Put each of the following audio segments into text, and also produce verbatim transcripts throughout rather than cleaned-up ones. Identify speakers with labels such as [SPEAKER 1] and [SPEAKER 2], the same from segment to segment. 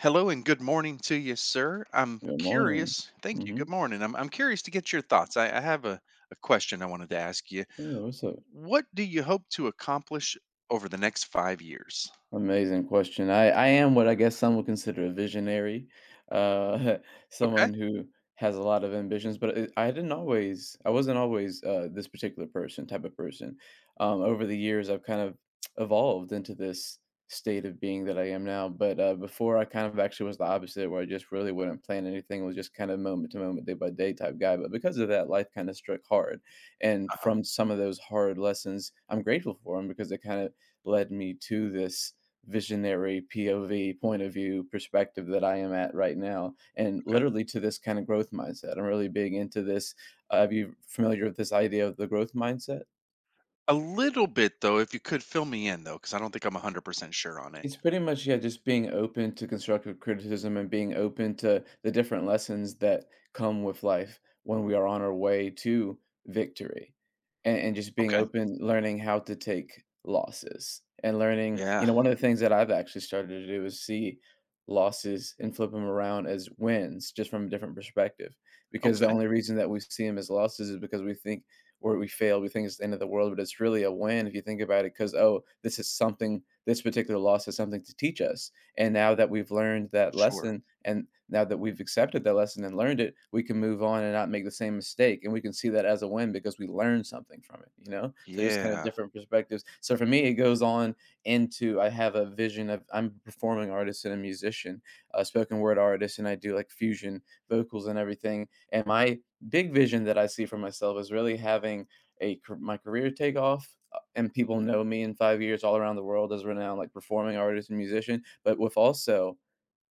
[SPEAKER 1] Hello and good morning to you, sir. I'm
[SPEAKER 2] Good morning.
[SPEAKER 1] curious. Thank you. Good
[SPEAKER 2] Mhm.
[SPEAKER 1] morning. I'm, I'm curious to get your thoughts. I, I have a, a question I wanted to ask you.
[SPEAKER 2] Yeah, what's up?
[SPEAKER 1] What do you hope to accomplish over the next five years?
[SPEAKER 2] Amazing question. I, I am what I guess some would consider a visionary, uh,
[SPEAKER 1] Okay.
[SPEAKER 2] someone who has a lot of ambitions. But it, I didn't always, I wasn't always uh, this particular person, type of person. Um, over the years, I've kind of evolved into this state of being that I am now. But uh, before, I kind of actually was the opposite, where I just really wouldn't plan anything. Was just kind of moment to moment, day by day type guy. But because of that, life kind of struck hard, and
[SPEAKER 1] Uh-huh.
[SPEAKER 2] from some of those hard lessons, I'm grateful for them because they kind of led me to this visionary P O V, point of view, perspective that I am at right now, and
[SPEAKER 1] Okay.
[SPEAKER 2] literally to this kind of growth mindset. I'm really big into this. Uh, are you familiar with this idea of the growth mindset?
[SPEAKER 1] A little bit, though, if you could fill me in, though, because I don't think I'm a hundred percent sure on it.
[SPEAKER 2] It's pretty much, yeah, just being open to constructive criticism and being open to the different lessons that come with life when we are on our way to victory. And, and just being
[SPEAKER 1] Okay.
[SPEAKER 2] open, learning how to take losses and learning, you
[SPEAKER 1] Yeah.
[SPEAKER 2] know, one of the things that I've actually started to do is see losses and flip them around as wins just from a different perspective. Because the
[SPEAKER 1] Okay.
[SPEAKER 2] only reason that we see them as losses is because we think where we failed. We think it's the end of the world, but it's really a win if you think about it. Because oh, this is something. This particular loss is something to teach us. And now that we've learned that
[SPEAKER 1] Sure.
[SPEAKER 2] lesson, and now that we've accepted that lesson and learned it, we can move on and not make the same mistake. And we can see that as a win because we learned something from it. You know, so just kind of
[SPEAKER 1] Yeah.
[SPEAKER 2] different perspectives. So for me, it goes on into I have a vision of I'm a performing artist and a musician, a spoken word artist, and I do like fusion vocals and everything. And my big vision that I see for myself is really having a car- my career take off, uh, and people know me in five years all around the world as a renowned like performing artist and musician, but with also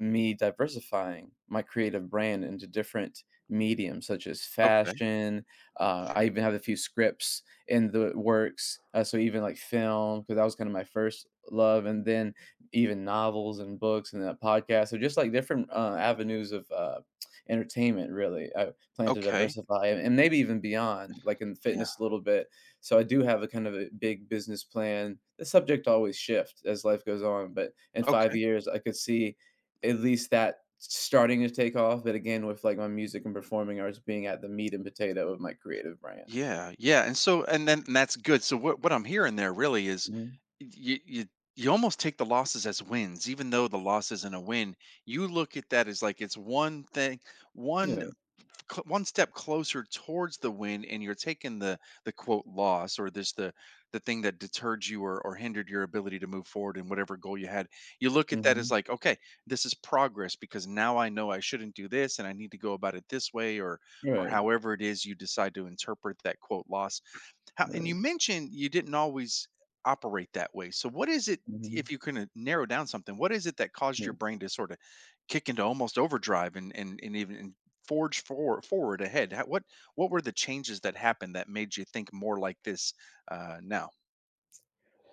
[SPEAKER 2] me diversifying my creative brand into different mediums such as
[SPEAKER 1] Okay.
[SPEAKER 2] fashion. Uh,
[SPEAKER 1] Sure.
[SPEAKER 2] I even have a few scripts in the works, uh, so even like film because that was kind of my first love, and then even novels and books and that podcast. So just like different uh, avenues of uh, entertainment, really. I plan to
[SPEAKER 1] Okay.
[SPEAKER 2] diversify and, and maybe even beyond, like in
[SPEAKER 1] Yeah.
[SPEAKER 2] fitness a little bit. So I do have a kind of a big business plan. The subject always shifts as life goes on, but in five
[SPEAKER 1] Okay.
[SPEAKER 2] years, I could see at least that starting to take off. But again, with like my music and performing arts being at the meat and potato of my creative brand.
[SPEAKER 1] Yeah, yeah, and so and then and that's good. So what what I'm hearing there really is
[SPEAKER 2] Mhm.
[SPEAKER 1] you you you almost take the losses as wins, even though the loss isn't a win. You look at that as like it's one thing, one
[SPEAKER 2] Yeah.
[SPEAKER 1] cl- one step closer towards the win, and you're taking the the quote loss, or this the the thing that deterred you, or, or hindered your ability to move forward in whatever goal you had. You look at that as
[SPEAKER 2] Mhm.
[SPEAKER 1] like, okay, this is progress because now I know I shouldn't do this and I need to go about it this way, or or
[SPEAKER 2] Right.
[SPEAKER 1] however it is you decide to interpret that quote loss. How and you
[SPEAKER 2] Right.
[SPEAKER 1] mentioned you didn't always operate that way. So what is it,
[SPEAKER 2] Mhm.
[SPEAKER 1] if you can uh, narrow down something, what is it that caused
[SPEAKER 2] Yeah.
[SPEAKER 1] your brain to sort of kick into almost overdrive and and, and even and forge forward forward ahead? How, what what were the changes that happened that made you think more like this uh now?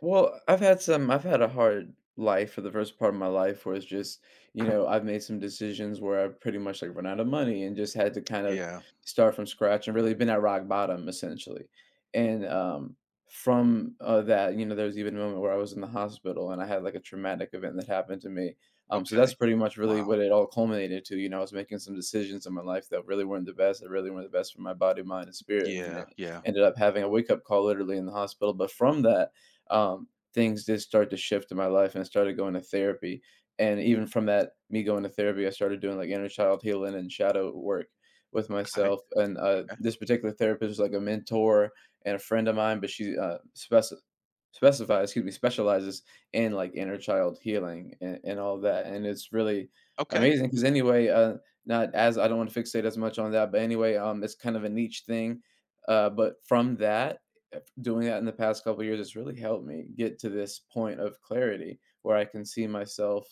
[SPEAKER 2] Well, I've had some I've had a hard life for the first part of my life where it's just, you know, I've made some decisions where I pretty much like run out of money and just had to kind of
[SPEAKER 1] Yeah.
[SPEAKER 2] start from scratch and really been at rock bottom essentially. And um from uh, that, you know, there was even a moment where I was in the hospital and I had like a traumatic event that happened to me. Um, so that's
[SPEAKER 1] Okay.
[SPEAKER 2] pretty much
[SPEAKER 1] Wow.
[SPEAKER 2] really what it all culminated to. You know, I was making some decisions in my life that really weren't the best. That really weren't the best for my body, mind, and spirit. And then it
[SPEAKER 1] Yeah, yeah.
[SPEAKER 2] ended up having a wake up call literally in the hospital. But from that, um, things did start to shift in my life, and I started going to therapy. And even from that, me going to therapy, I started doing like inner child healing and shadow work with
[SPEAKER 1] Okay.
[SPEAKER 2] myself. And uh,
[SPEAKER 1] Okay.
[SPEAKER 2] this particular therapist was like a mentor and a friend of mine, but she uh, speci- specifies, excuse me, specializes in like inner child healing and, and all that. And it's really
[SPEAKER 1] Okay.
[SPEAKER 2] amazing because anyway, uh, not as I don't want to fixate as much on that, but anyway, um, it's kind of a niche thing. Uh, but from that, doing that in the past couple years has really helped me get to this point of clarity where I can see myself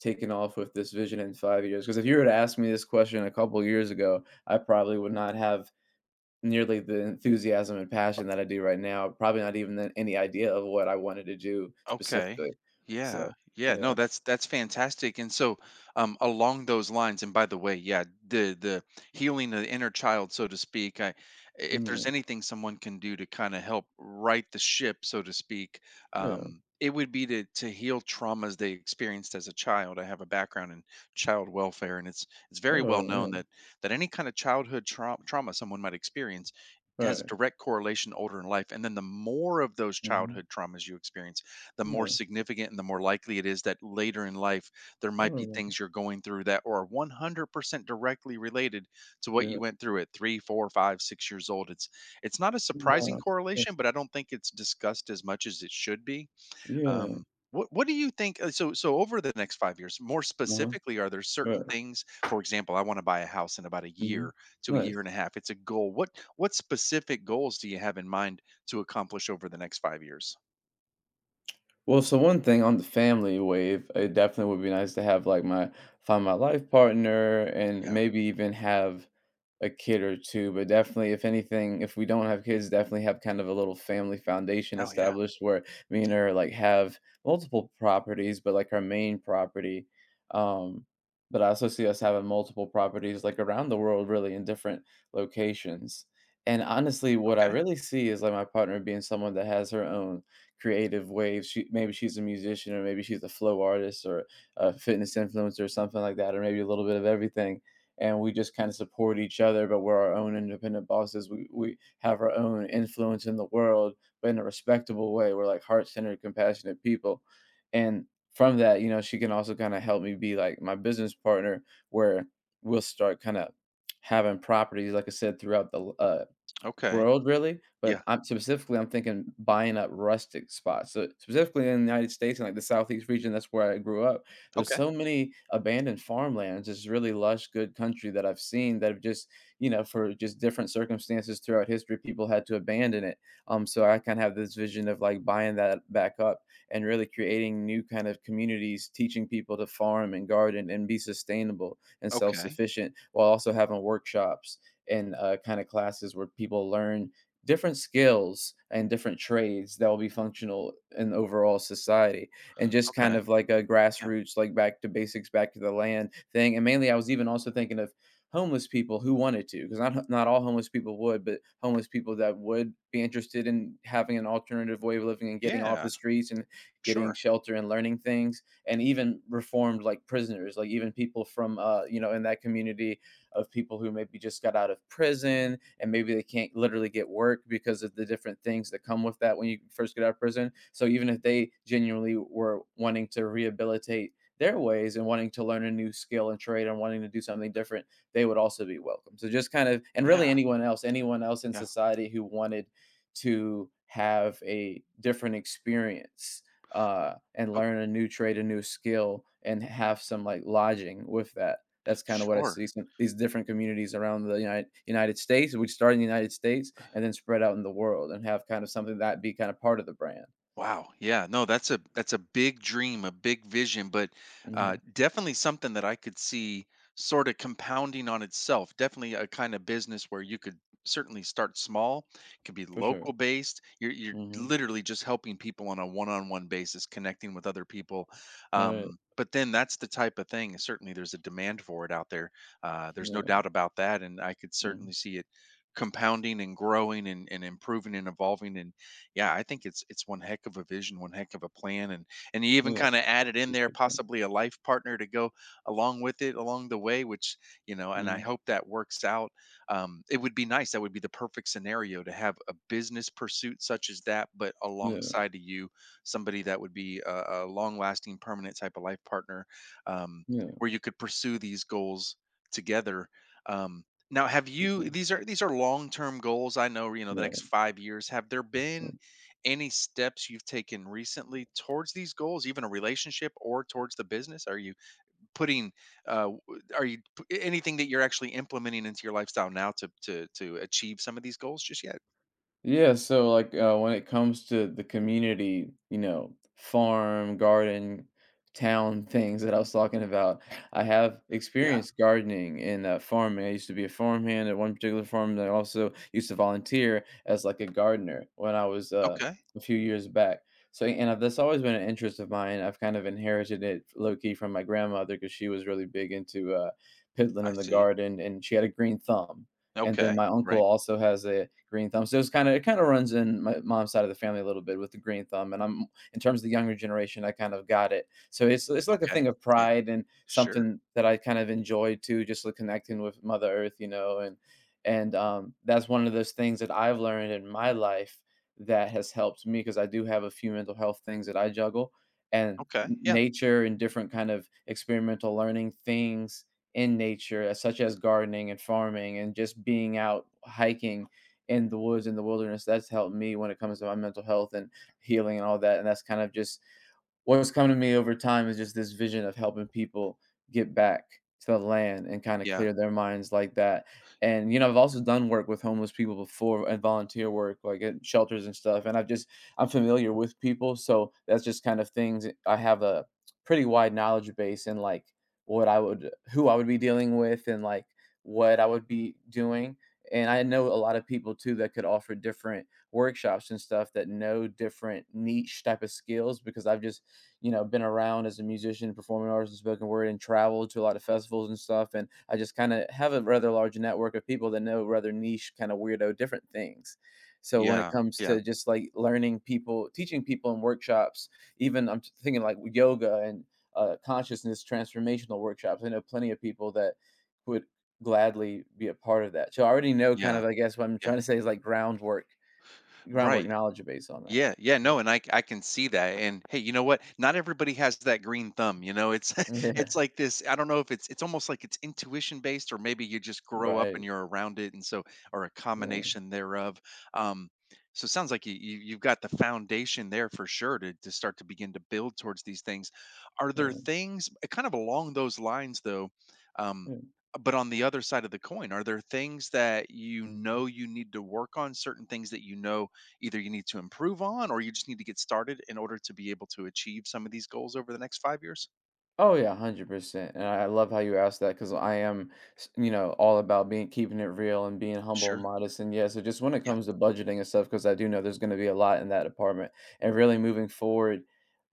[SPEAKER 2] taking off with this vision in five years. Because if you were to ask me this question a couple years ago, I probably would not have nearly the enthusiasm and passion that I do right now. Probably not even the- any idea of what I wanted to do
[SPEAKER 1] Okay.
[SPEAKER 2] specifically.
[SPEAKER 1] Yeah.
[SPEAKER 2] So
[SPEAKER 1] Yeah.
[SPEAKER 2] yeah,
[SPEAKER 1] No, that's that's fantastic. And so, um, along those lines, and by the way, yeah, the the healing the inner child, so to speak. I, if there's
[SPEAKER 2] yeah,
[SPEAKER 1] anything someone can do to kind of help right the ship, so to speak,
[SPEAKER 2] yeah,
[SPEAKER 1] um, it would be to to heal traumas they experienced as a child. I have a background in child welfare, and it's it's very
[SPEAKER 2] oh
[SPEAKER 1] well
[SPEAKER 2] yeah,
[SPEAKER 1] known that that any kind of childhood trau- trauma someone might experience has a
[SPEAKER 2] right,
[SPEAKER 1] direct correlation older in life, and then the more of those
[SPEAKER 2] hmm,
[SPEAKER 1] childhood traumas you experience, the more
[SPEAKER 2] yeah,
[SPEAKER 1] significant and the more likely it is that later in life there might be
[SPEAKER 2] oh
[SPEAKER 1] things you're going through that are a hundred percent directly related to what
[SPEAKER 2] yeah,
[SPEAKER 1] you went through at three, four, five, six years old. It's it's not a
[SPEAKER 2] yeah,
[SPEAKER 1] surprising
[SPEAKER 2] yeah,
[SPEAKER 1] correlation, but I don't think it's discussed as much as it should be.
[SPEAKER 2] yeah,
[SPEAKER 1] Um, what what do you think? uh, So so over the next five years, more
[SPEAKER 2] uh-huh,
[SPEAKER 1] specifically, are there
[SPEAKER 2] right,
[SPEAKER 1] certain things? For example, I want to buy a house in about a
[SPEAKER 2] hmm,
[SPEAKER 1] year to a
[SPEAKER 2] nice.
[SPEAKER 1] year and a half. It's a goal. What what specific goals do you have in mind to accomplish over the next five years?
[SPEAKER 2] Well, so one thing on the family wave, it definitely would be nice to have like my find my life partner and
[SPEAKER 1] Yeah.
[SPEAKER 2] maybe even have a kid or two, but definitely if anything, if we don't have kids, definitely have kind of a little family foundation
[SPEAKER 1] Oh yeah.
[SPEAKER 2] established where me and her, like, have multiple properties, but, like, our main property. Um, but I also see us having multiple properties, like, around the world really in different locations, and honestly, what I really see is, like, my partner being someone that has her own creative waves. She maybe she's a musician or maybe she's a flow artist or a fitness influencer or something like that, or maybe a little bit of everything, and we just kind of support each other, but we're our own independent bosses. We, we have our own influence in the world, but in a respectable way. We're like heart-centered, compassionate people, and from that, you know, she can also kind of help me be like my business partner, where we'll start kind of having properties like I said throughout the uh,
[SPEAKER 1] Okay.
[SPEAKER 2] world, really. But
[SPEAKER 1] Yeah.
[SPEAKER 2] I'm specifically, I'm thinking buying up rustic spots. So, specifically in the United States and, like, the Southeast region, that's where I grew up. There's
[SPEAKER 1] Okay.
[SPEAKER 2] so many abandoned farmlands, it's really lush, good country that I've seen that have just, you know, for just different circumstances throughout history, people had to abandon it. Um, so I kinda have this vision of, like, buying that back up and really creating new kind of communities, teaching people to farm and garden and be sustainable and
[SPEAKER 1] Okay.
[SPEAKER 2] self-sufficient while also having workshops and uh, kind of classes where people learn different skills and different trades that will be functional in overall society, and just kind
[SPEAKER 1] Okay.
[SPEAKER 2] of like a
[SPEAKER 1] Yeah.
[SPEAKER 2] grassroots, like back to basics, back to the land thing. And mainly I was even also thinking of homeless people who wanted to, because not not all homeless people would, but homeless people that would be interested in having an alternative way of living and getting off the
[SPEAKER 1] Yeah.
[SPEAKER 2] streets and getting
[SPEAKER 1] Sure.
[SPEAKER 2] shelter and learning things, and even reformed like prisoners, like even people from uh you know, in that community of people who maybe just got out of prison and maybe they can't literally get work because of the different things that come with that when you first get out of prison. So even if they genuinely were wanting to rehabilitate their ways and wanting to learn a new skill and trade and wanting to do something different, they would also be welcome. So just kind of, and
[SPEAKER 1] Yeah.
[SPEAKER 2] really anyone else, anyone else in
[SPEAKER 1] Yeah.
[SPEAKER 2] society who wanted to have a different experience uh, and
[SPEAKER 1] Oh,
[SPEAKER 2] learn a new trade, a new skill, and have some like lodging with that. That's kinda what I
[SPEAKER 1] sure.
[SPEAKER 2] see, some these different communities around the United United States. We start in the United States and then spread out in the world and have kind of something that be kind of part of the brand.
[SPEAKER 1] Wow. Yeah. No, that's a that's a big dream, a big vision, but uh,
[SPEAKER 2] Yeah,
[SPEAKER 1] definitely something that I could see sort of compounding on itself. Definitely a kind of business where you could certainly start small, could be
[SPEAKER 2] for sure.
[SPEAKER 1] local based. You're you're
[SPEAKER 2] Mhm.
[SPEAKER 1] literally just helping people on a one-on-one basis, connecting with other people.
[SPEAKER 2] Right.
[SPEAKER 1] Um, but then that's the type of thing. Certainly, there's a demand for it out there. Uh, there's no
[SPEAKER 2] Yeah.
[SPEAKER 1] doubt about that, and I could certainly
[SPEAKER 2] Mhm.
[SPEAKER 1] see it compounding and growing and, and improving and evolving and yeah, I think it's it's one heck of a vision, one heck of a plan, and and you even
[SPEAKER 2] Yeah.
[SPEAKER 1] kind of added in
[SPEAKER 2] We
[SPEAKER 1] there
[SPEAKER 2] should, um,
[SPEAKER 1] possibly a life partner to go along with it along the way, which you know, and I
[SPEAKER 2] mhm,
[SPEAKER 1] hope that works out. Um, it would be nice. That would be the perfect scenario to have a business pursuit such as that, but
[SPEAKER 2] yeah.
[SPEAKER 1] alongside of you, somebody that would be a, a long-lasting, permanent type of life partner, um,
[SPEAKER 2] Yeah.
[SPEAKER 1] where you could pursue these goals together. Um, now, have
[SPEAKER 2] For sure.
[SPEAKER 1] you? These are these are long-term goals. I know, you know, the
[SPEAKER 2] Yeah.
[SPEAKER 1] next five years. Have there been any steps you've taken recently towards these goals, even a relationship or towards the business? Are you putting, uh, w- are you p- anything that you're actually implementing into your lifestyle now to to to achieve some of these goals just yet?
[SPEAKER 2] Yeah, so like uh, when it comes to the community, you know, farm, garden, town things that I was talking about, I have
[SPEAKER 1] Yeah.
[SPEAKER 2] experienced gardening and uh, farming. I used to be a farmhand at one particular farm that I also used to volunteer as like a gardener when I was uh,
[SPEAKER 1] Okay.
[SPEAKER 2] a few years back. So, and I've, that's always been an interest of mine. I've kind of inherited it low key from my grandmother because she was really big into uh, piddling
[SPEAKER 1] I
[SPEAKER 2] in the
[SPEAKER 1] see.
[SPEAKER 2] garden, and she had a green thumb. And then
[SPEAKER 1] Okay.
[SPEAKER 2] my uncle
[SPEAKER 1] Right.
[SPEAKER 2] also has a green thumb. So it's kind of, it kind of runs in my mom's side of the family a little bit with the green thumb. And I'm in terms of the younger generation, I kind of got it. So it's it's like a
[SPEAKER 1] Okay.
[SPEAKER 2] thing of
[SPEAKER 1] Yeah.
[SPEAKER 2] pride and
[SPEAKER 1] Sure.
[SPEAKER 2] something that I kind of enjoy too, just like connecting with Mother Earth, you know, and and um, that's one of those things that I've learned in my life that has helped me because I do have a few mental health things that I juggle and
[SPEAKER 1] Okay.
[SPEAKER 2] n-
[SPEAKER 1] Yeah.
[SPEAKER 2] nature and different kind of experimental learning things in nature, as- such as gardening and farming and just being out hiking in the woods in the wilderness. That's helped me when it comes to my mental health and healing and all that. And that's kind of just what's come to me over time is just this vision of helping people get back to the land and kind of
[SPEAKER 1] Yeah.
[SPEAKER 2] clear their minds like that. And you know, I've also done work with homeless people before and volunteer work, like at shelters and stuff. And I've just I'm familiar with people, so that's just kind of things I have a pretty wide knowledge base in, like what I would who I would be dealing with and like what I would be doing. And I know a lot of people too that could offer different workshops and stuff that know different niche type of skills because I've just, you know been around as a musician, performing artist, and spoken word, and traveled to a lot of festivals and stuff. And I just kind of have a rather large network of people that know rather niche kind of weirdo different things. So when it
[SPEAKER 1] Yeah.
[SPEAKER 2] comes
[SPEAKER 1] Yeah.
[SPEAKER 2] to just like learning people, teaching people in workshops, even I'm thinking like yoga and uh, consciousness transformational workshops, I know plenty of people that would gladly be a part of that. So I already know kind
[SPEAKER 1] Yeah.
[SPEAKER 2] of, I guess what I'm trying
[SPEAKER 1] Yeah.
[SPEAKER 2] to say is like groundwork groundwork
[SPEAKER 1] Right.
[SPEAKER 2] knowledge based on that.
[SPEAKER 1] Yeah, yeah,
[SPEAKER 2] Yeah,
[SPEAKER 1] no, and I I can see that, and hey, you know what? Not everybody has that green thumb, you know? It's
[SPEAKER 2] yeah.
[SPEAKER 1] it's like this. I don't know if it's it's almost like it's intuition based, or maybe you just grow up and
[SPEAKER 2] Right.
[SPEAKER 1] you're around it, and so or a
[SPEAKER 2] Yeah.
[SPEAKER 1] combination thereof. Um, so it sounds like you, you you've got the foundation there for sure to to start to begin to build towards these things. Are there
[SPEAKER 2] Yeah.
[SPEAKER 1] things uh, kind of along those lines though? Um, but on the other side of the coin, are there things that you
[SPEAKER 2] Mhm.
[SPEAKER 1] know you need to work on, certain things that you know either you need to improve on, or you just need to get started in order to be able to achieve some of these goals over the next five years?
[SPEAKER 2] Oh yeah, one hundred percent. And I I love how you asked that because I am, s- you know, all about being, keeping it real and being humble and
[SPEAKER 1] Sure.
[SPEAKER 2] modest. And yeah, so just when it
[SPEAKER 1] Yeah.
[SPEAKER 2] comes to budgeting and stuff, because I do know there's going to be a lot in that department. And really moving forward,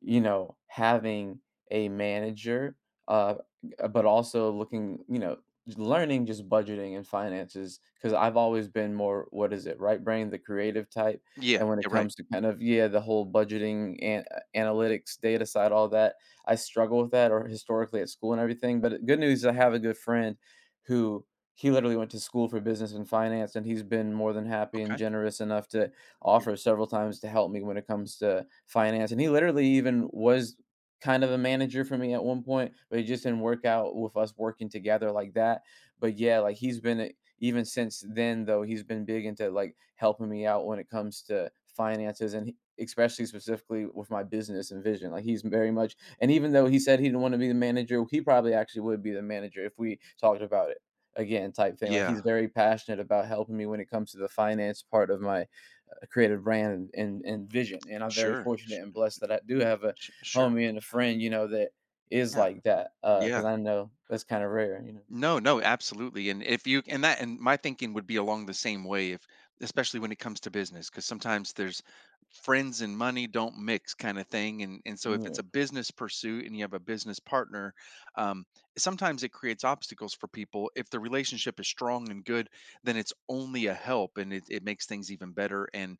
[SPEAKER 2] you know, having a manager, uh, uh, but also looking, you know, j- learning just budgeting and finances, because I've always been more, what is it, right brain, the creative type.
[SPEAKER 1] Yeah.
[SPEAKER 2] And when it
[SPEAKER 1] Yeah, right.
[SPEAKER 2] comes to kind of, yeah, the whole budgeting and uh, analytics, data side, all that. I struggle with that, or historically at school and everything. But uh, good news is I have a good friend who, he literally went to school for business and finance, and he's been more than happy and
[SPEAKER 1] Okay.
[SPEAKER 2] generous enough to
[SPEAKER 1] Yeah.
[SPEAKER 2] offer several times to help me when it comes to finance. And he literally even was kind of a manager for me at one point, but it just didn't work out with us working together like that. But yeah, like he's been uh, even since then though, he's been big into like helping me out when it comes to finances, and he- especially specifically with my business and vision. Like he's very much, and even though he said he didn't want to be the manager, he probably actually would be the manager if we talked about it again, type thing. Like
[SPEAKER 1] Yeah.
[SPEAKER 2] he's very passionate about helping me when it comes to the finance part of my uh, creative brand, and, and vision. And I'm very
[SPEAKER 1] Sure. Sh
[SPEAKER 2] fortunate and blessed that I do have a
[SPEAKER 1] sh sure.
[SPEAKER 2] homie and a friend, you know, that is
[SPEAKER 1] Yeah.
[SPEAKER 2] like that. Uh, because
[SPEAKER 1] Yeah.
[SPEAKER 2] I know that's kind of rare, you know.
[SPEAKER 1] No, no, absolutely. And if you, and that, and my thinking would be along the same way, if especially when it comes to business, because sometimes there's friends and money don't mix kind of thing, and and so if it's
[SPEAKER 2] Yeah,
[SPEAKER 1] a business pursuit and you have a business partner, um, sometimes it creates obstacles for people. If the relationship is strong and good, then it's only a help, and it, it makes things even better, and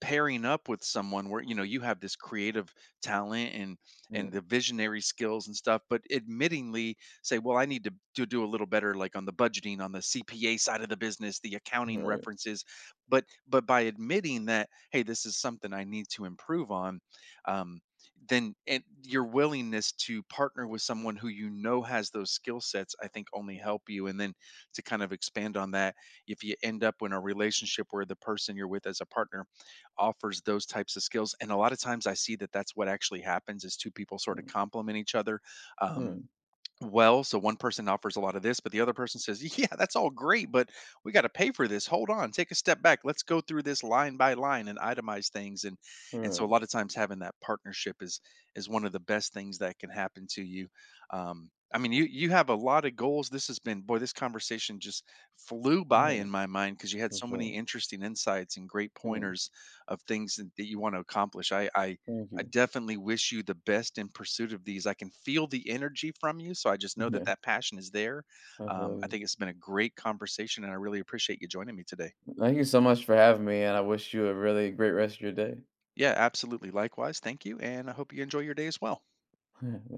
[SPEAKER 1] pairing up with someone where you know you have this creative talent and
[SPEAKER 2] yeah,
[SPEAKER 1] and
[SPEAKER 2] right,
[SPEAKER 1] the visionary skills and stuff, but admittingly say, well, I need to, to do a little better, like on the budgeting, on the CPA side of the business, the accounting
[SPEAKER 2] mm,
[SPEAKER 1] references, but but by admitting that, hey, this is something I need to improve on, um, then and your willingness to partner with someone who you know has those skill sets, I think only help you, and then to kind of expand on that, if you end up in a relationship where the person you're with as a partner offers those types of skills. And a lot of times I see that that's what actually happens, is two people sort of complement each other. Um, well, so one person offers a lot of this, but the other person says, yeah, that's all great, but we got to pay for this. Hold on, take a step back. Let's go through this line by line and itemize things. And
[SPEAKER 2] yeah,
[SPEAKER 1] and so a
[SPEAKER 2] right,
[SPEAKER 1] lot of times having that partnership is is one of the best things that can happen to you. Um, I mean, you you have a lot of goals. This has been, boy, this conversation just flew by
[SPEAKER 2] yeah,
[SPEAKER 1] in my mind, because you had
[SPEAKER 2] for
[SPEAKER 1] so
[SPEAKER 2] sure.
[SPEAKER 1] many interesting insights and great
[SPEAKER 2] Yeah,
[SPEAKER 1] pointers of things that that you want to accomplish. I I
[SPEAKER 2] thank
[SPEAKER 1] I
[SPEAKER 2] you.
[SPEAKER 1] definitely wish you the best in pursuit of these. I can feel the energy from you, so I just know that
[SPEAKER 2] Yeah,
[SPEAKER 1] that passion is there.
[SPEAKER 2] I feel
[SPEAKER 1] Um, I
[SPEAKER 2] you.
[SPEAKER 1] think it's been a great conversation, and I really appreciate you joining me today.
[SPEAKER 2] Thank you so much for having me, and I wish you a really great rest of your day.
[SPEAKER 1] Yeah, absolutely. Likewise. Thank you. And I hope you enjoy your day as well.
[SPEAKER 2] Yeah.